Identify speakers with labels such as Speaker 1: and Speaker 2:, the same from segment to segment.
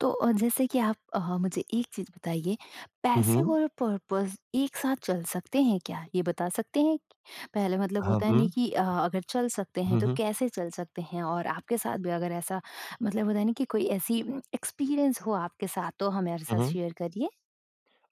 Speaker 1: तो जैसे कि आप मुझे एक चीज़ बताइए,
Speaker 2: हुँ,
Speaker 1: पैसे
Speaker 2: हुँ।
Speaker 1: और पर्पस एक साथ चल सकते हैं क्या? ये बता सकते हैं? पहले मतलब
Speaker 2: हाँ,
Speaker 1: होता है नहीं
Speaker 2: हुँ।
Speaker 1: कि अगर चल सकते हैं
Speaker 2: हुँ,
Speaker 1: तो
Speaker 2: हुँ।
Speaker 1: कैसे चल सकते हैं? और आपके साथ भी अगर ऐसा मतलब होता है ना कि कोई ऐसी एक्सपीरियंस हो आपके साथ तो हमारे
Speaker 2: हुँ,
Speaker 1: साथ
Speaker 2: हुँ।
Speaker 1: शेयर करिए।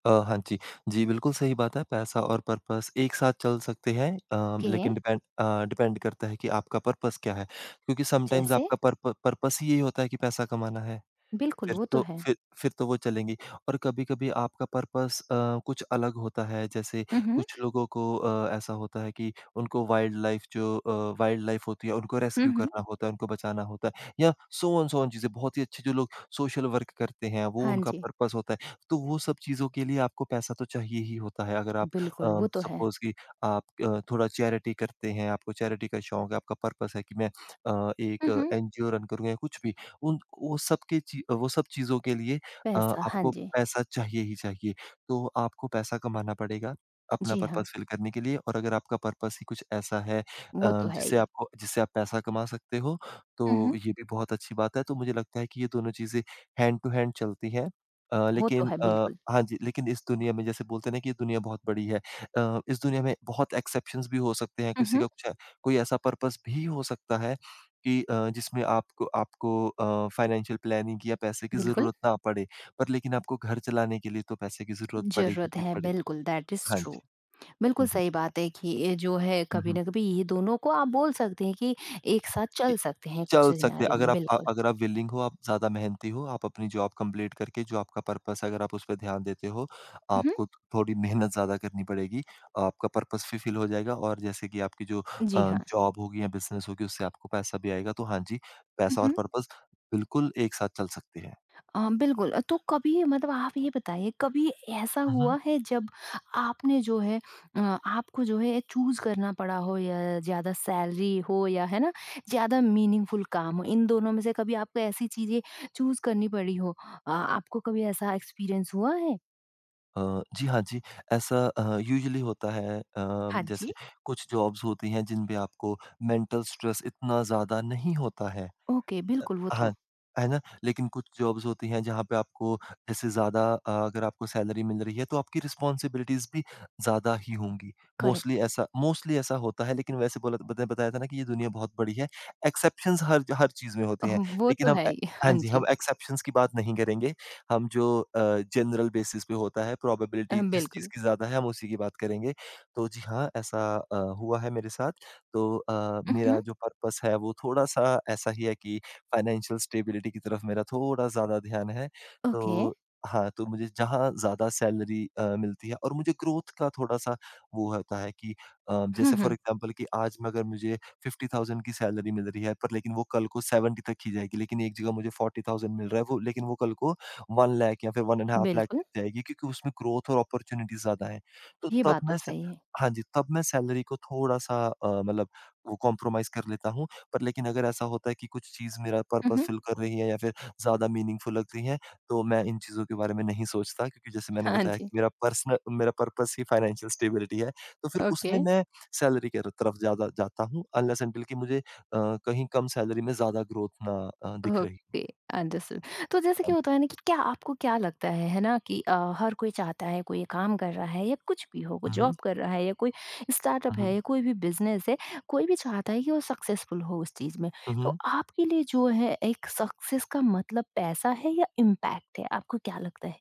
Speaker 2: हाँ जी। जी, बिल्कुल सही बात है, पैसा और पर्पस एक साथ चल सकते हैं,
Speaker 1: ओके,
Speaker 2: लेकिन डिपेंड करता है कि आपका पर्पस क्या है? क्योंकि समटाइम्स
Speaker 1: जैसे?
Speaker 2: आपका पर्पस ही यही होता है कि पैसा कमाना है।
Speaker 1: बिल्कुल,
Speaker 2: फिर
Speaker 1: वो तो
Speaker 2: तो
Speaker 1: है।
Speaker 2: फिर फिर तो वो चलेंगी। और कभी-कभी आपका पर्पस कुछ अलग होता है। जैसे
Speaker 1: हुँ, हुँ।
Speaker 2: कुछ लोगों को ऐसा होता है कि उनको वाइल्ड लाइफ होती है, उनको
Speaker 1: हुँ,
Speaker 2: रेस्क्यू
Speaker 1: हुँ।
Speaker 2: करना होता है, उनको बचाना होता है, या सो ऑन चीज़ें बहुत ही अच्छे, जो लोग सोशल वर्क करते हैं वो
Speaker 1: हाँ
Speaker 2: उनका
Speaker 1: जी,
Speaker 2: पर्पस होता है। तो वो सब चीज़ों के लिए आपको पैसा तो चाहिए ही होता है। अगर आप,
Speaker 1: बिल्कुल वो तो है।
Speaker 2: सपोज़ कि आप थोड़ा चैरिटी करते हैं, आपको चैरिटी का शौक है, आपका पर्पस है कि मैं एक
Speaker 1: हुँ, हुँ।
Speaker 2: एनजीओ रन करूँगा, या कुछ भी, उन वो सब के ची वो सब चीज़ों के लिए
Speaker 1: पैसा, हाँ
Speaker 2: आपको
Speaker 1: जी।
Speaker 2: पैसा चाहिए ही चाहिए। तो आपको पैसा कमाना पड़ेगा, अपना
Speaker 1: जी हाँ,
Speaker 2: पर्पस फ़िल करने के लिए। और अगर आपका पर्पस ही कुछ ऐसा है
Speaker 1: वो तो है ही।
Speaker 2: जिससे आप पैसा कमा सकते हो,
Speaker 1: हुँ,
Speaker 2: तो
Speaker 1: हुँ।
Speaker 2: ये भी बहुत अच्छी बात है। तो मुझे लगता है कि ये दोनों चीज़ें हैंड टू हैंड चलती हैं।
Speaker 1: वो तो
Speaker 2: लेकिन
Speaker 1: है बिल्कुल।
Speaker 2: हाँ जी, लेकिन इस दुनिया में जैसे बोलते हैं ना कि ये दुनिया बहुत बड़ी है। इस दुनिया में बहुत एक्सेप्शंस भी हो सकते हैं।
Speaker 1: हुँ,
Speaker 2: किसी
Speaker 1: हुँ,
Speaker 2: का कुछ कोई ऐसा पर्पस भी हो सकता है कि जिसमें आपको आपको फाइनेंशियल प्लानिंग या पैसे की
Speaker 1: बिल्कुल।
Speaker 2: ज़रूरत ना पड़े, पर लेकिन आपको घर चलाने के लिए तो पैसे की ज़रूरत पड़ेगी
Speaker 1: ज़रूरत
Speaker 2: ही
Speaker 1: है,
Speaker 2: पड़े।
Speaker 1: बिल्कुल दैट इज़
Speaker 2: हाँ
Speaker 1: ट्रू।
Speaker 2: जी।
Speaker 1: बिल्कुल
Speaker 2: हुँ, हुँ,
Speaker 1: सही बात है कि ये जो है
Speaker 2: हुँ,
Speaker 1: कभी
Speaker 2: हुँ।
Speaker 1: न कभी ये दोनों को आप बोल सकते हैं कि एक साथ
Speaker 2: इ
Speaker 1: चल सकते हैं कुछ
Speaker 2: चल सकते हैं,
Speaker 1: सिनेरियो
Speaker 2: अगर
Speaker 1: में
Speaker 2: आप अ,
Speaker 1: बिल्कुल।
Speaker 2: अगर आप विलिंग हो, आप ज़्यादा मेहनती हो, आप अपनी जॉब कंप्लीट करके, जो आपका पर्पस है अगर आप उस पे ध्यान देते हो,
Speaker 1: उहुँ।
Speaker 2: आपको थोड़ी मेहनत ज़्यादा करनी पड़ेगी। आपका पर्पस फुलफिल हो जाएगा, और जैसे कि आपकी जो
Speaker 1: जी हाँ।
Speaker 2: जॉब होगी या बिज़नेस होगी उससे आपको पैसा भी आएगा। तो हाँ जी, पैसा
Speaker 1: उहुँ।
Speaker 2: और पर्पस बिल्कुल एक साथ चल सकते हैं।
Speaker 1: बिल्कुल तो कभी मतलब आप ये बताइए कभी ऐसा
Speaker 2: हुँ, हुँ।
Speaker 1: हुआ है जब आपने जो है अ, आपको जो है चूज़ करना पड़ा हो या ज़्यादा सैलरी हो या है ना, ज़्यादा मीनिंगफुल काम हो, इन दोनों में से कभी आपको ऐसी चीज़ें चूज़ करनी पड़ी हो? आपको कभी ऐसा एक्सपीरियंस हुआ है?
Speaker 2: जी हाँ जी, ऐसा यूजुअली होता है। अ,
Speaker 1: हाँ जी।
Speaker 2: जैसे कुछ जॉब्स होती हैं जिन पे आपको मेंटल स्ट्रेस इतना ज़्यादा नहीं होता है।
Speaker 1: ओके, बिल्कुल वो तो
Speaker 2: हाँ, है ना? लेकिन कुछ जॉब्स होती हैं जहाँ पे आपको, जैसे ज़्यादा, अगर आपको सैलरी मिल रही है तो आपकी रिस्पॉन्सिबिलिटीज़ भी ज़्यादा ही होंगी।
Speaker 1: करेक्ट
Speaker 2: मोस्टली ऐसा होता है, लेकिन वैसे बोला, मैंने बताया था ना कि ये दुनिया बहुत बड़ी है। एक्सेप्शंस हर हर चीज़ में
Speaker 1: अ,
Speaker 2: होते हैं।
Speaker 1: वो
Speaker 2: लेकिन
Speaker 1: तो
Speaker 2: हम
Speaker 1: है
Speaker 2: ए
Speaker 1: ही।
Speaker 2: हाँ
Speaker 1: हाँ
Speaker 2: जी,
Speaker 1: जी।
Speaker 2: हम एक्सेप्शंस की बात नहीं करेंगे। हम जो जनरल बेसिस पे होता है, प्रोबेबिलिटी जिस चीज़
Speaker 1: बिल्कुल।
Speaker 2: की ज़्यादा है हम उसी की बात करेंगे। तो जी हाँ, ऐसा हुआ है मेरे साथ। तो मेरा
Speaker 1: उहुँ,
Speaker 2: जो पर्पस है वो थोड़ा-सा ऐसा ही है कि फाइनेंशियल स्टेबिलिटी की तरफ मेरा थोड़ा ज़्यादा ध्यान है।
Speaker 1: ओके।
Speaker 2: तो हाँ, तो मुझे जहाँ ज़्यादा सैलरी मिलती है और मुझे ग्रोथ का थोड़ा-सा वो होता है कि,
Speaker 1: हुँ,
Speaker 2: जैसे फॉर
Speaker 1: हुँ।
Speaker 2: एग्ज़ाम्पल कि आज में अगर मुझे 50,000 की सैलरी मिल रही है, पर लेकिन वो कल को 70 तक की जाएगी। लेकिन एक जगह मुझे 40,000 मिल रहा है, वो लेकिन वो कल को 1 लाख या फिर 1.5 लाख
Speaker 1: बिल्कुल,
Speaker 2: तक जाएगी, क्योंकि उसमें ग्रोथ और अपॉर्च्युनिटीज़ ज़्यादा है। तो
Speaker 1: ये
Speaker 2: तब
Speaker 1: बात
Speaker 2: मैं
Speaker 1: तो
Speaker 2: स
Speaker 1: सही है।
Speaker 2: हाँ जी, तब मैं सैलरी को थोड़ा-सा, मतलब वो कॉम्प्रोमाइज़ कर लेता हूँ। पर लेकिन अगर ऐसा होता है कि कुछ चीज़ मेरा
Speaker 1: हुँ,
Speaker 2: पर्पस
Speaker 1: हुँ।
Speaker 2: फ़िल कर रही है, या फिर ज़्यादा मीनिंगफुल लग रही है, तो मैं इन चीज़ों के बारे में नहीं सोचता, क्योंकि जैसे मैंने
Speaker 1: हाँ
Speaker 2: बताया कि
Speaker 1: जी,
Speaker 2: मेरा पर्सनल, मेरा पर्पस ही फाइनेंशियल स्टेबिलिटी है, तो फिर
Speaker 1: ओके,
Speaker 2: उसमें मैं सैलरी के र तरफ ज़्यादा जाता हूँ, अनलेस अंटिल कि मुझे कहीं कम सैलरी में ज़्यादा ग्रोथ ना दिख रही।
Speaker 1: Okay, understood. तो जैसे
Speaker 2: हाँ
Speaker 1: कि
Speaker 2: जी।
Speaker 1: होता है ना कि क्या आपको क्या लगता है ना कि हर कोई चाहता है, कोई काम कर रहा है या कुछ भी हो, कोई
Speaker 2: हुँ, हुँ।
Speaker 1: जॉब कर रहा है या कोई
Speaker 2: हुँ,
Speaker 1: स्टार्टअप है
Speaker 2: हुँ।
Speaker 1: या कोई भी बिज़नेस है, कोई भी चाहता है कि वो सक्सेसफुल हो उस चीज़ में।
Speaker 2: हुँ,
Speaker 1: तो
Speaker 2: हुँ।
Speaker 1: आपके लिए जो है एक सक्सेस का मतलब पैसा है या इम्पैक्ट है? आपको क्या लगता है?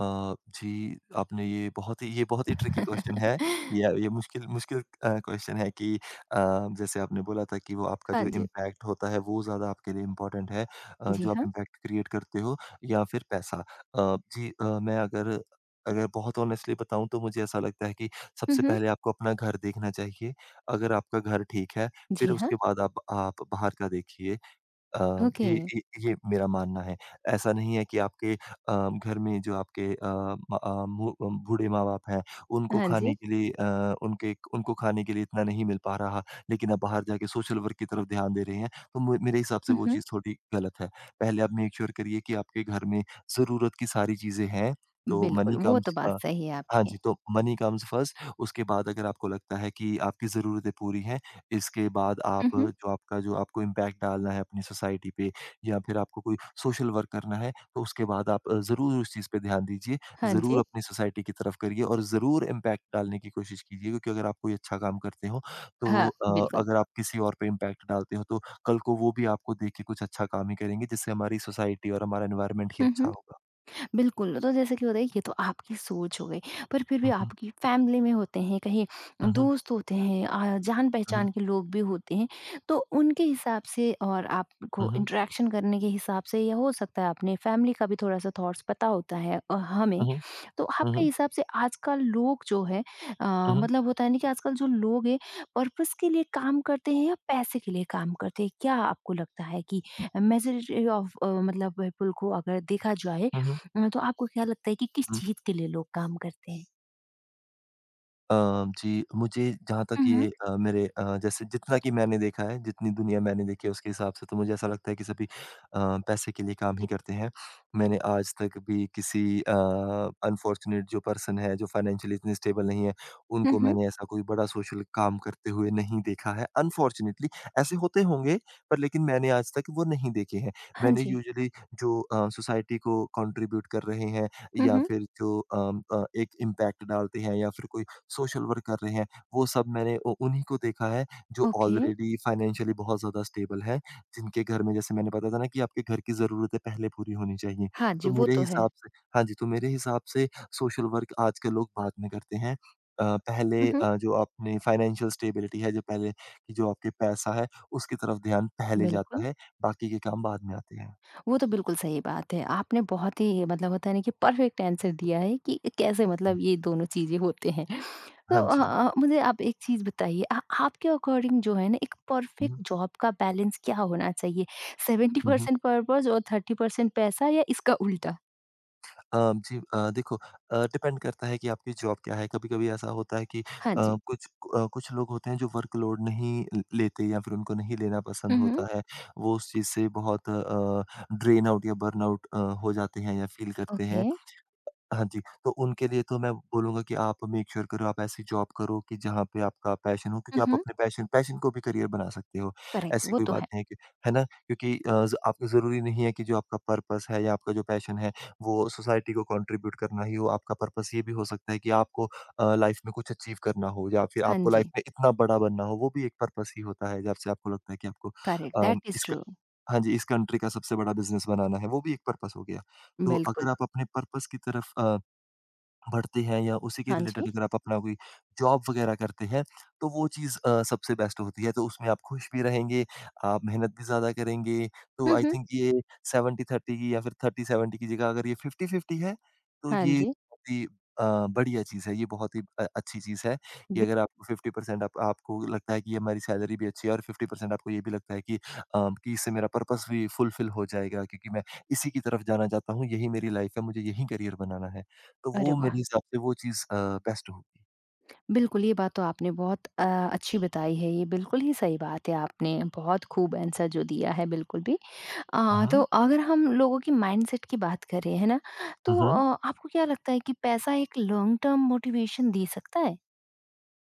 Speaker 2: जी, आपने ये बहुत ही, ट्रिकी क्वेश्चन है। या ये मुश्किल मुश्किल क्वेश्चन है कि, जैसे आपने बोला था कि वो आपका
Speaker 1: हाँ
Speaker 2: जो
Speaker 1: जी।
Speaker 2: इम्पैक्ट होता है वो ज़्यादा आपके लिए इम्पोर्टेंट है,
Speaker 1: जी
Speaker 2: जो आप
Speaker 1: हाँ।
Speaker 2: इम्पैक्ट क्रिएट करते हो, या फिर पैसा। जी, मैं अगर अगर बहुत ऑनेस्टली बताऊँ तो मुझे ऐसा लगता है कि
Speaker 1: हुँ,
Speaker 2: सबसे
Speaker 1: हुँ।
Speaker 2: पहले आपको अपना घर देखना चाहिए। अगर आपका घर ठीक है, फिर
Speaker 1: जी हाँ।
Speaker 2: उसके बाद आप बाहर का देखिए। अ, ये
Speaker 1: ओके।
Speaker 2: ये ये मेरा मानना है। ऐसा नहीं है कि आपके घर में जो आपके अ, म अ, मु अ, बूढ़े माँ-बाप हैं,
Speaker 1: हाँ जी।
Speaker 2: उनको खाने के लिए इतना नहीं मिल पा रहा, लेकिन आप बाहर जाके सोशल वर्क की तरफ ध्यान दे रहे हैं, तो म मेरे हिसाब से
Speaker 1: हुँ,
Speaker 2: वो
Speaker 1: हुँ।
Speaker 2: चीज़ थोड़ी गलत है। पहले आप मेक श्योर करिए कि आपके घर में ज़रूरत की सारी चीज़ें हैं, तो
Speaker 1: बिल्कुल,
Speaker 2: मनी
Speaker 1: वो तो
Speaker 2: कम्स
Speaker 1: बात
Speaker 2: अ,
Speaker 1: सही है
Speaker 2: हाँ जी,
Speaker 1: आपकी।
Speaker 2: तो मनी कम्स फर्स्ट। उसके बाद अगर आपको लगता है कि आपकी ज़रूरतें पूरी हैं, इसके बाद आप
Speaker 1: हुँ, हुँ।
Speaker 2: जो आपका जो आपको इम्पैक्ट डालना है अपनी सोसाइटी पे, या फिर आपको कोई सोशल वर्क करना है, तो उसके बाद आप ज़रूर उस चीज़ पे ध्यान दीजिए।
Speaker 1: हाँ
Speaker 2: ज़रूर
Speaker 1: जी।
Speaker 2: अपनी सोसाइटी की तरफ करिए, और ज़रूर इम्पैक्ट डालने की कोशिश कीजिए, क्योंकि अगर आप कोई अच्छा काम करते हो, तो
Speaker 1: हाँ, बिल्कुल।
Speaker 2: अगर आप किसी और पे इम्पैक्ट डालते हो, तो कल को वो भी आपको देख के कुछ अच्छा काम ही करेंगे, जिससे हमारी सोसाइटी और हमारा एनवायरनमेंट ही
Speaker 1: हुँ,
Speaker 2: अच्छा
Speaker 1: हुँ।
Speaker 2: होगा।
Speaker 1: बिल्कुल, तो जैसे कि होता है ये तो आपकी सोच हो गई, पर फिर भी
Speaker 2: हुँ, हुँ।
Speaker 1: आपकी फैमिली में होते हैं, कहीं
Speaker 2: हुँ, हुँ।
Speaker 1: दोस्त होते हैं
Speaker 2: हुँ, हुँ।
Speaker 1: जान-पहचान के लोग भी होते हैं, तो उनके हिसाब से और
Speaker 2: हुँ,
Speaker 1: आपको
Speaker 2: हुँ।
Speaker 1: इंटरेक्शन करने के हिसाब से या हो सकता है अपने फैमिली का भी थोड़ा-सा थॉट्स पता होता है हमें।
Speaker 2: हुँ, हुँ।
Speaker 1: तो
Speaker 2: हुँ,
Speaker 1: आपके
Speaker 2: हुँ।
Speaker 1: हिसाब से आजकल लोग जो है
Speaker 2: हुँ, हुँ।
Speaker 1: मतलब होता है ना कि आजकल जो लोग हैं पर्पस के लिए काम करते हैं या पैसे के लिए काम करते हैं? क्या आपको लगता है कि मेजॉरिटी ऑफ मतलब पीपल को अगर देखा जाए
Speaker 2: हुँ, हुँ।
Speaker 1: तो आपको क्या लगता है कि किस
Speaker 2: हुँ।
Speaker 1: चीज़ के लिए लोग काम करते हैं?
Speaker 2: अ, जी, मुझे जहाँ
Speaker 1: हुँ,
Speaker 2: तक ये,
Speaker 1: हुँ।
Speaker 2: मेरे, जैसे जितना कि मैंने देखा है, जितनी दुनिया मैंने देखी है उसके हिसाब से तो मुझे ऐसा लगता है कि सभी पैसे के लिए काम ही
Speaker 1: जी।
Speaker 2: करते हैं। मैंने आज तक भी किसी अनफॉर्चुनेट जो पर्सन है, जो फाइनेंशियली इतने स्टेबल नहीं है,
Speaker 1: हुँ,
Speaker 2: उनको
Speaker 1: हुँ।
Speaker 2: मैंने ऐसा कोई बड़ा सोशल काम करते हुए नहीं देखा है। अनफॉर्चुनेटली ऐसे होते होंगे, पर लेकिन मैंने आज तक वो नहीं देखे हैं।
Speaker 1: हाँ
Speaker 2: मैंने
Speaker 1: जी।
Speaker 2: यूजुअली, जो सोसाइटी को कंट्रीब्यूट कर रहे हैं,
Speaker 1: हुँ,
Speaker 2: या
Speaker 1: हुँ।
Speaker 2: फिर जो एक इम्पैक्ट डालते हैं, या फिर कोई सोशल वर्क कर रहे हैं, वो सब मैंने उ उन्हीं को देखा है, जो
Speaker 1: ओके।
Speaker 2: ऑलरेडी फाइनेंशियली बहुत ज़्यादा स्टेबल है, जिनके घर में, जैसे मैंने बताया था ना कि आपके घर की ज़रूरतें पहले पूरी होनी चाहिए।
Speaker 1: हाँ
Speaker 2: तो
Speaker 1: जी, वो
Speaker 2: मेरे
Speaker 1: तो है।
Speaker 2: हिसाब से हाँ जी, तो मेरे हिसाब से सोशल वर्क आज के लोग बाद में करते हैं। पहले
Speaker 1: हुँ, हुँ।
Speaker 2: जो आपने फाइनेंशियल स्टेबिलिटी है, जो पहले कि जो आपके पैसा है, उसकी तरफ ध्यान पहले जाता
Speaker 1: बिल्कुल,
Speaker 2: है, बाकी के काम बाद में आते हैं।
Speaker 1: वो तो बिल्कुल सही बात है। आपने बहुत ही मतलब होता है ना कि परफेक्ट आंसर दिया है कि कैसे
Speaker 2: हुँ,
Speaker 1: मतलब ये दोनों चीज़ें होते हैं। तो
Speaker 2: हाँ जी।
Speaker 1: मुझे आप एक चीज़ बताइए आपके अकॉर्डिंग जो है ना एक
Speaker 2: हुँ,
Speaker 1: परफेक्ट
Speaker 2: हुँ,
Speaker 1: जॉब का बैलेंस क्या होना चाहिए?
Speaker 2: हुँ, हुँ।
Speaker 1: 70% पर्पज़ और 30% पैसा या इसका उल्टा?
Speaker 2: अ, जी, देखो, डिपेंड करता है कि आपकी जॉब क्या है। कभी-कभी ऐसा होता है कि
Speaker 1: हाँ जी।
Speaker 2: कुछ कुछ लोग होते हैं जो वर्कलोड नहीं ल लेते, या फिर उनको नहीं लेना पसंद
Speaker 1: हुँ,
Speaker 2: होता
Speaker 1: हुँ।
Speaker 2: है। वो उस चीज़ से बहुत ड्रेन आउट या बर्नआउट हो जाते हैं, या फ़ील करते
Speaker 1: ओके।
Speaker 2: हैं। हाँ जी, तो उनके लिए तो मैं बोलूँगा कि आप मेक श्योर करो, आप ऐसी जॉब करो कि जहाँ पे आपका पैशन हो, क्योंकि
Speaker 1: हुँ,
Speaker 2: आप
Speaker 1: हुँ।
Speaker 2: अपने पैशन पैशन को भी करियर बना सकते हो।
Speaker 1: करेक्ट,
Speaker 2: ऐसी
Speaker 1: वो
Speaker 2: कोई
Speaker 1: तो
Speaker 2: बात
Speaker 1: है।
Speaker 2: नहीं है कि, है ना? क्योंकि ज आपको ज़रूरी नहीं है कि जो आपका पर्पस है या आपका जो पैशन है, वो सोसाइटी को कंट्रीब्यूट करना ही हो। आपका पर्पस ये भी हो सकता है कि आपको लाइफ़ में कुछ अचीव करना हो, या फिर
Speaker 1: हाँ
Speaker 2: आपको लाइफ़
Speaker 1: जी।
Speaker 2: में इतना बड़ा बनना हो, वो भी एक पर्पस ही होता है। जब से आपको लगता है कि आपको
Speaker 1: करेक्ट,
Speaker 2: अ,
Speaker 1: दैट इज़
Speaker 2: इस क
Speaker 1: ट्रू।
Speaker 2: हाँ जी, इस कंट्री का सबसे बड़ा बिज़नेस बनाना है, वो भी एक पर्पस हो गया। तो
Speaker 1: बिल्कुल।
Speaker 2: अगर आप अपने पर्पस की तरफ भरते हैं, या उसी के
Speaker 1: हाँ
Speaker 2: रिलेटेड
Speaker 1: जी।
Speaker 2: अगर आप अपना कोई जॉब वगैरह करते हैं, तो वो चीज़ सबसे बेस्ट होती है। तो उसमें आप खुश भी रहेंगे, आप मेहनत भी ज़्यादा करेंगे। तो
Speaker 1: हुँ,
Speaker 2: आई
Speaker 1: हुँ।
Speaker 2: थिंक ये 70-30 की, या फिर 30-70 की जगह, अगर ये 50-50 है, तो
Speaker 1: हाँ
Speaker 2: ये
Speaker 1: जी।
Speaker 2: बहुत ही अ, बढ़िया चीज़ है। ये बहुत ही अच्छी चीज़ है कि
Speaker 1: बि
Speaker 2: अगर आपको 50% आप आपको लगता है कि ये हमारी सैलरी भी अच्छी है, और 50% आपको ये भी लगता है कि कि इससे मेरा पर्पस भी फुलफिल हो जाएगा, क्योंकि मैं इसी की तरफ जाना चाहता हूँ, यही मेरी लाइफ़ है, मुझे यही करियर बनाना है। तो
Speaker 1: अरे
Speaker 2: वो
Speaker 1: वाह!
Speaker 2: मेरे हिसाब से वो चीज़ बेस्ट होगी।
Speaker 1: बिल्कुल, ये बात तो आपने बहुत अच्छी बताई है। ये बिल्कुल ही सही बात है, आपने बहुत खूब आंसर जो दिया है बिल्कुल भी।
Speaker 2: हुँ,
Speaker 1: तो
Speaker 2: हुँ।
Speaker 1: अगर हम लोगों की माइंडसेट की बात करें, है ना?
Speaker 2: हुँ,
Speaker 1: तो
Speaker 2: हुँ।
Speaker 1: आपको क्या लगता है कि पैसा एक लॉन्ग टर्म मोटिवेशन दे सकता है?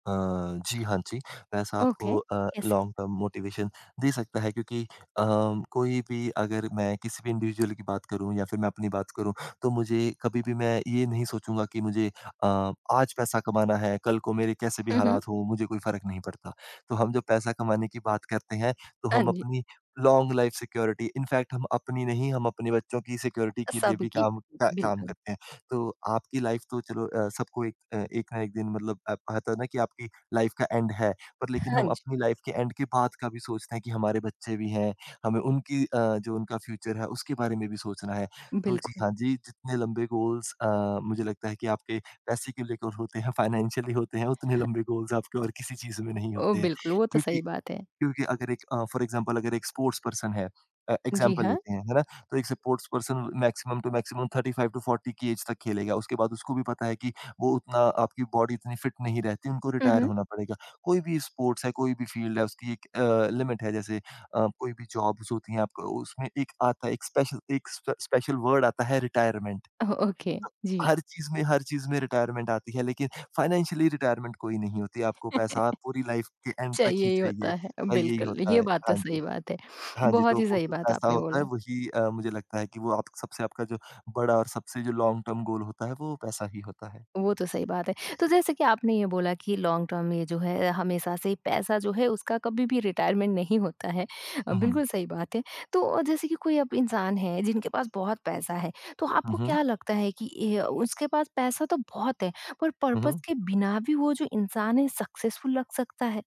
Speaker 2: अ, जी, हाँ जी। वैसा आपको
Speaker 1: ओके, कैसे?
Speaker 2: लॉन्ग टर्म मोटिवेशन दे सकता है, क्योंकि कोई भी, अगर मैं किसी भी इंडिविजुअल की बात करूँ या फिर मैं अपनी बात करूँ, तो मुझे कभी भी मैं ये नहीं सोचूँगा कि मुझे अ, आज पैसा कमाना है, कल को मेरे कैसे भी
Speaker 1: हुँ, हुँ।
Speaker 2: हालात हों, मुझे कोई फ़र्क नहीं पड़ता। तो हम जब पैसा कमाने की बात करते हैं, तो
Speaker 1: हाँ
Speaker 2: हम
Speaker 1: जी,
Speaker 2: अपनी लॉन्ग लाइफ़ सिक्योरिटी इनफैक्ट हम अपनी नहीं, हम अपने बच्चों की सिक्योरिटी के लिए भी
Speaker 1: सबकी।
Speaker 2: काम
Speaker 1: बिल्कुल।
Speaker 2: करते हैं। तो आपकी लाइफ तो चलो सबको एक एक ना एक दिन मतलब कहता है ना कि आपकी लाइफ का एंड है, पर लेकिन
Speaker 1: हाँ
Speaker 2: हम
Speaker 1: जी,
Speaker 2: अपनी लाइफ के एंड के बाद का भी सोचते हैं कि हमारे बच्चे भी हैं, हमें उनकी जो उनका फ्यूचर है उसके बारे में भी सोचना है। तो जी
Speaker 1: बिल्कुल।
Speaker 2: हाँ जी, जितने लंबे गोल्स मुझे लगता है कि आपके पैसे को लेकर होते हैं, फाइनेंशियली होते हैं, उतने लंबे गोल्स आपके और किसी चीज़ में नहीं
Speaker 1: ओह,
Speaker 2: होते हैं।
Speaker 1: बिल्कुल, वो तो
Speaker 2: क्योंकि
Speaker 1: सही बात है।
Speaker 2: क्योंकि अगर एक फॉर एग्जांपल अगर एक स्पोर्ट्स पर्सन है
Speaker 1: जी
Speaker 2: एग्जांपल
Speaker 1: हाँ।
Speaker 2: लेते हैं, है ना? तो एक sports person maximum to maximum 35 to 40 की एज तक खेलेगा। उसके बाद उसको भी पता है कि वो उतना आपकी बॉडी इतनी फिट नहीं रहती, उनको
Speaker 1: हुँ,
Speaker 2: रिटायर
Speaker 1: हुँ।
Speaker 2: होना पड़ेगा। कोई भी स्पोर्ट्स है, कोई भी फील्ड है, उसकी एक लिमिट है जैसे कोई भी जॉब्स होती हैं आपको उसमें एक आता है एक स्पेशल एक स्प स्पेशल वर्ड आता है रिटायरमेंट।
Speaker 1: ओह, ओके, जी।
Speaker 2: हर चीज़ में रिटायरमेंट आती है, लेकिन फाइनेंशियली रिटायरमेंट कोई नहीं होती, आपको पैसा पूरी लाइफ के एंड तक
Speaker 1: चाहिए
Speaker 2: ही
Speaker 1: ही
Speaker 2: चाहिए।
Speaker 1: होता है।
Speaker 2: हाँ, यही
Speaker 1: बिल्कुल,
Speaker 2: होता
Speaker 1: ये
Speaker 2: है।
Speaker 1: बात तो
Speaker 2: हाँ जी।
Speaker 1: सही बात है।
Speaker 2: हाँ जी,
Speaker 1: बहुत
Speaker 2: तो
Speaker 1: ही
Speaker 2: वो
Speaker 1: सही
Speaker 2: जो
Speaker 1: बात
Speaker 2: पैसा
Speaker 1: आपने
Speaker 2: होता
Speaker 1: बोला।
Speaker 2: है वही मुझे लगता है कि वो आप सबसे आपका जो बड़ा और सबसे जो लॉन्ग टर्म गोल होता है, वो पैसा ही होता है।
Speaker 1: वो तो सही बात है। तो जैसे कि आपने ये बोला कि लॉन्ग टर्म में जो है हमेशा से पैसा जो है उसका कभी भी रिटायरमेंट नहीं होता है।
Speaker 2: हुँ, हुँ।
Speaker 1: बिल्कुल सही बात है। तो जैसे कि कोई अब इंसान है जिनके पास बहुत पैसा है, तो
Speaker 2: हुँ,
Speaker 1: आपको
Speaker 2: हुँ।
Speaker 1: क्या लगता है कि ये उसके पास पैसा तो बहुत है, पर
Speaker 2: हुँ,
Speaker 1: पर्पज़
Speaker 2: हुँ।
Speaker 1: के बिना भी वो जो इंसान है सक्सेसफुल लग सकता है?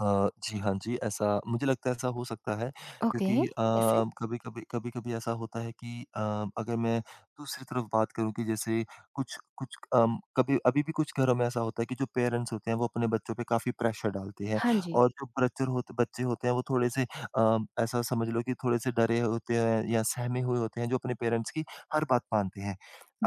Speaker 2: जी, हाँ जी, ऐसा मुझे लगता है ऐसा हो सकता है
Speaker 1: ओके,
Speaker 2: क्योंकि
Speaker 1: कैसे?
Speaker 2: कभी-कभी ऐसा होता है कि अगर मैं दूसरी तरफ बात करूँ कि जैसे कुछ कुछ कभी अभी भी कुछ घरों में ऐसा होता है कि जो पेरेंट्स होते हैं वो अपने बच्चों पे काफ़ी प्रेशर डालते हैं
Speaker 1: हाँ जी,
Speaker 2: और जो बच्चे होते हैं वो थोड़े-से अ, ऐसा समझ लो कि थोड़े-से डरे होते हैं या सहमे हुए होते हैं जो अपने पेरेंट्स की हर बात मानते हैं।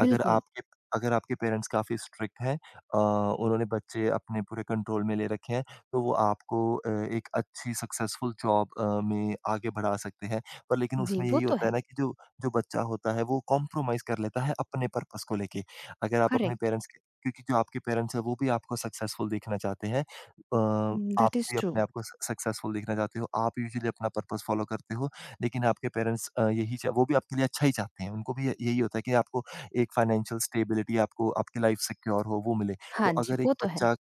Speaker 2: अगर आपके अगर आपके पेरेंट्स काफ़ी स्ट्रिक्ट हैं उन्होंने बच्चे अपने पूरे कंट्रोल में ले रखे हैं, तो वो आपको एक अच्छी सक्सेसफुल जॉब में आगे बढ़ा सकते हैं। पर लेकिन
Speaker 1: जी,
Speaker 2: उसमें
Speaker 1: वो
Speaker 2: यही
Speaker 1: तो
Speaker 2: होता
Speaker 1: है।
Speaker 2: है ना कि जो जो बच्चा होता है वो कॉम्प्रोमाइज़ कर लेता है अपने पर्पस को लेके। अगर आप अपने
Speaker 1: करेक्ट।
Speaker 2: पेरेंट्स के क्योंकि जो आपके पेरेंट्स हैं वो भी आपको सक्सेसफुल देखना चाहते हैं।
Speaker 1: हुँ,
Speaker 2: आप
Speaker 1: दैट इज़
Speaker 2: भी
Speaker 1: ट्रू।
Speaker 2: अपने आप को स सक्सेसफुल देखना चाहते हो। आप यूजुअली अपना पर्पस फ़ॉलो करते हो, लेकिन आपके पेरेंट्स यही च वो भी आपके लिए अच्छा ही चाहते हैं। उनको भी य यही होता है कि आपको एक फाइनेंशियल स्टेबिलिटी आपको आपकी लाइफ़ सिक्योर हो वो मिले। तो
Speaker 1: हाँ जी,
Speaker 2: अगर एक
Speaker 1: वो तो है।
Speaker 2: बच्चा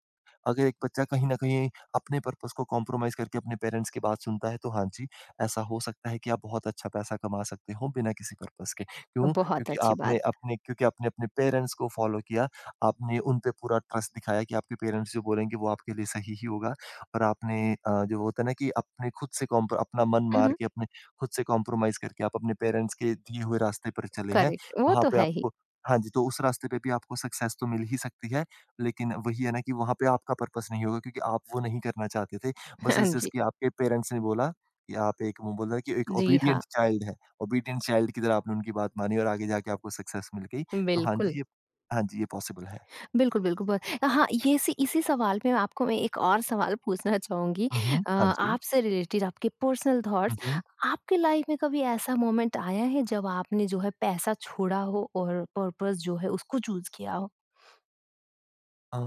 Speaker 2: अगर एक बच्चा कहीं न कहीं अपने पर्पस को कॉम्प्रोमाइज़ करके अपने पेरेंट्स की बात सुनता है, तो हाँ जी, ऐसा हो सकता है कि आप बहुत अच्छा पैसा कमा सकते हो बिना किसी पर्पस के। क्यों?
Speaker 1: बहुत अच्छी बात।
Speaker 2: क्योंकि आपने अपने पेरेंट्स को फ़ॉलो किया, आपने उन पे पूरा ट्रस्ट दिखाया कि आपके पेरेंट्स जो बोलेंगे वो आपके लिए सही ही होगा और आपने जो होता है ना कि अपने खुद से कॉम्प अपना मन
Speaker 1: हुँ,
Speaker 2: मार
Speaker 1: हुँ।
Speaker 2: के अपने खुद से कॉम्प्रोमाइज़ करके आप अपने पेरेंट्स के दिए हुए रास्ते पर चले हैं,
Speaker 1: करेक्ट, वो
Speaker 2: वहाँ
Speaker 1: तो
Speaker 2: पे
Speaker 1: है ही।
Speaker 2: आपको हाँ जी, तो उस रास्ते पे भी आपको सक्सेस तो मिल ही सकती है। लेकिन वही है ना कि वहाँ पे आपका पर्पस नहीं होगा क्योंकि आप वो नहीं करना चाहते थे। बस
Speaker 1: हाँ
Speaker 2: इस चीज़
Speaker 1: जी।
Speaker 2: कि आपके पेरेंट्स ने बोला कि एक
Speaker 1: जी हाँ,
Speaker 2: ओबीडिएंट चाइल्ड है, ओबीडिएंट चाइल्ड की तरह आपने उनकी बात मानी और आगे जाके आपको सक्सेस मिल गई।
Speaker 1: बिल्कुल।
Speaker 2: हाँ जी, ये पॉसिबल है।
Speaker 1: बिल्कुल, बिल्कुल ब हाँ, ये इसी इसी सवाल में आपको मैं एक और सवाल पूछना चाहूँगी,
Speaker 2: हुँ, हुँ। हाँ जी।
Speaker 1: आपसे रिलेटेड आपके पर्सनल
Speaker 2: हुँ,
Speaker 1: थॉट्स।
Speaker 2: हुँ।
Speaker 1: आपके लाइफ में कभी ऐसा मोमेंट आया है जब आपने जो है पैसा छोड़ा हो और पर्पज़ जो है उसको चूज़ किया हो?
Speaker 2: अ,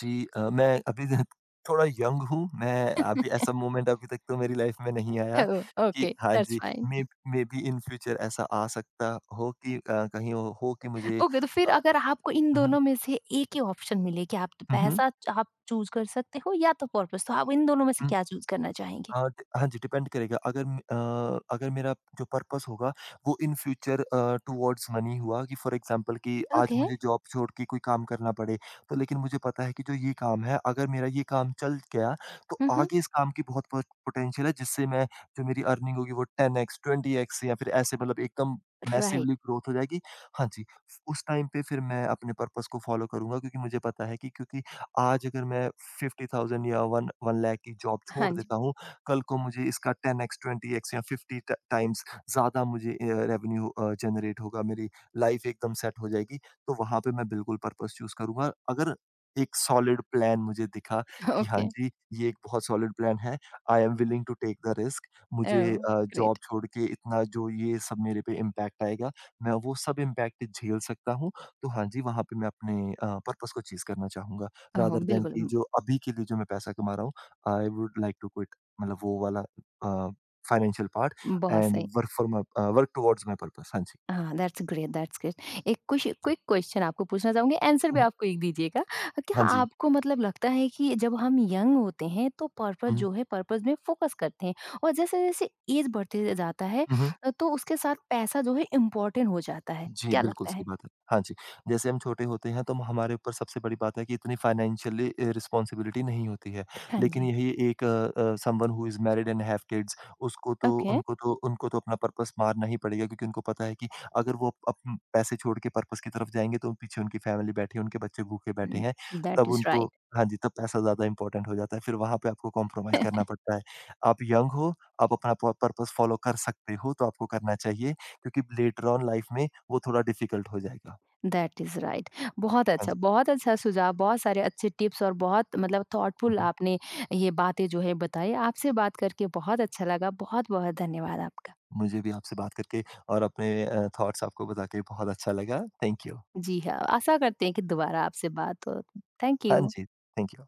Speaker 2: जी मैं अभी थोड़ा यंग हूँ। मैं अभी ऐसा मोमेंट अभी तक तो मेरी लाइफ में नहीं आया
Speaker 1: ओह,
Speaker 2: कि
Speaker 1: ओके,
Speaker 2: हाँ
Speaker 1: दैट्स
Speaker 2: जी,
Speaker 1: fine.
Speaker 2: May maybe in future ऐसा आ सकता हो कि कहीं हो कि मुझे
Speaker 1: ओके तो फिर
Speaker 2: अ,
Speaker 1: अगर आपको इन
Speaker 2: हुँ, हुँ।
Speaker 1: दोनों में से एक ही ऑप्शन मिले कि आप तो
Speaker 2: हुँ, हुँ।
Speaker 1: आप चूज कर सकते हो या तो पर्पस तो आप इन दोनों में से
Speaker 2: Mm,
Speaker 1: क्या चूज करना चाहेंगे?
Speaker 2: हाँ जी, डिपेंड करेगा। अगर म अगर मेरा जो पर्पस होगा वो इन फ्यूचर टुवर्ड्स मनी हुआ कि फॉर एग्ज़ाम्पल कि आज
Speaker 1: ओके।
Speaker 2: मुझे जॉब छोड़ के कोई काम करना पड़े, तो लेकिन मुझे पता है कि जो ये काम है, अगर मेरा ये काम चल गया, तो
Speaker 1: हम्म।
Speaker 2: आगे इस काम की बहुत पोटेंशियल है जिससे मैं जो मेरी अर्निंग होगी वो 10x, 20x या फिर ऐसे मतलब एकदम
Speaker 1: राइट।
Speaker 2: मैसिवली ग्रोथ हो जाएगी। हाँ जी, उस टाइम पे फिर मैं अपने पर्पस को फ़ॉलो करूँगा क्योंकि मुझे पता है कि क्योंकि आज अगर मैं 50,000 या 1 लाख की जॉब
Speaker 1: हाँ
Speaker 2: छोड़
Speaker 1: जी।
Speaker 2: देता हूँ, कल को मुझे इसका 10x, 20x या 50 ट टाइम्स ज़्यादा मुझे रेवेन्यू जनरेट होगा, मेरी लाइफ़ एकदम सेट हो जाएगी, तो वहाँ पे मैं बिल्कुल पर्पज़ चूज़ करूँगा। अगर एक सॉलिड प्लान मुझे दिखा कि हाँ
Speaker 1: ओके।
Speaker 2: जी, ये एक बहुत सॉलिड प्लान है, I am willing to take the risk मुझे
Speaker 1: ओह।
Speaker 2: Job
Speaker 1: great.
Speaker 2: छोड़ के इतना जो ये सब मेरे पे इम्पैक्ट आएगा, मैं वो सब इम्पैक्ट झेल सकता हूँ, तो हाँ जी, वहाँ पे मैं अपने पर्पज़ को चीज़ करना चाहूँगा।
Speaker 1: ओह
Speaker 2: रादर दैन
Speaker 1: बिल्कुल
Speaker 2: कि जो अभी के लिए जो मैं पैसा कमा रहा हूँ, I would like to quit मतलब वो वाला अ, फाइनेंशियल पार्ट
Speaker 1: बहुत
Speaker 2: एंड
Speaker 1: सही।
Speaker 2: वर्क टुवर्ड्स माय पर्पस हाँ जी।
Speaker 1: हाँ, दैट्स ग्रेट, दैट्स ग्रेट। एक कुछ क्विक क्वेश्चन आपको पूछना चाहूँगी, आंसर
Speaker 2: हुँ,
Speaker 1: भी
Speaker 2: हुँ।
Speaker 1: आप क्विक दीजिएगा। क्या आपको मतलब लगता है कि जब हम यंग होते हैं, तो पर्पस जो है, पर्पस में फोकस करते हैं और जैसे-जैसे ऐज बढ़ते जाता है,
Speaker 2: हुँ, हुँ।
Speaker 1: तो उसके साथ पैसा जो है इम्पोर्टेंट हो जाता है।
Speaker 2: जी,
Speaker 1: क्या
Speaker 2: बिल्कुल
Speaker 1: लगता
Speaker 2: सही
Speaker 1: है?
Speaker 2: बात है। हाँ जी, जैसे हम छोटे होते हैं तो हमारे ऊपर सबसे बड़ी बात है कि इतनी फाइनेंशियली रिस्पॉन्सिबिलिटी नहीं होती है।
Speaker 1: हाँ
Speaker 2: लेकिन
Speaker 1: जी,
Speaker 2: यही एक a someone who is married and have kids उसको तो
Speaker 1: ओके।
Speaker 2: उनको तो अपना पर्पस मारना ही पड़ेगा क्योंकि उनको पता है कि अगर वो अप अप- पैसे छोड़ के पर्पस की तरफ जाएँगे तो पीछे उनकी फैमिली बैठी है, उनके बच्चे भूखे बैठे
Speaker 1: हुँ,
Speaker 2: हैं।
Speaker 1: दैट
Speaker 2: तब
Speaker 1: इज़
Speaker 2: उनको
Speaker 1: राइट।
Speaker 2: हाँ जी, तब पैसा ज़्यादा इम्पोर्टेंट हो जाता है। फिर वहाँ पे आपको कॉम्प्रोमाइज़ करना पड़ता है। आप यंग हो, आप अपना प पर्पस फ़ॉलो कर सकते हो तो आपको करना चाहिए। क्योंकि लेटर ऑन लाइफ में वो थोड़ा डिफिकल्ट हो जाएगा।
Speaker 1: That is right.
Speaker 2: हाँ जी।
Speaker 1: बहुत अच्छा सुझाव, बहुत सारे अच्छे टिप्स और बहुत मतलब
Speaker 2: हुँ,
Speaker 1: थॉटफुल
Speaker 2: हुँ।
Speaker 1: आपने ये बातें जो है बताई। आपसे बात करके बहुत अच्छा लगा। बहुत-बहुत धन्यवाद आपका।
Speaker 2: मुझे भी आपसे बात करके और अपने थॉट्स आपको बता के बहुत अच्छा लगा। Thank you.
Speaker 1: जी हाँ, आशा करते हैं कि दोबारा आपसे बात हो। थैंक
Speaker 2: हाँ
Speaker 1: यू।
Speaker 2: Ji, thank you.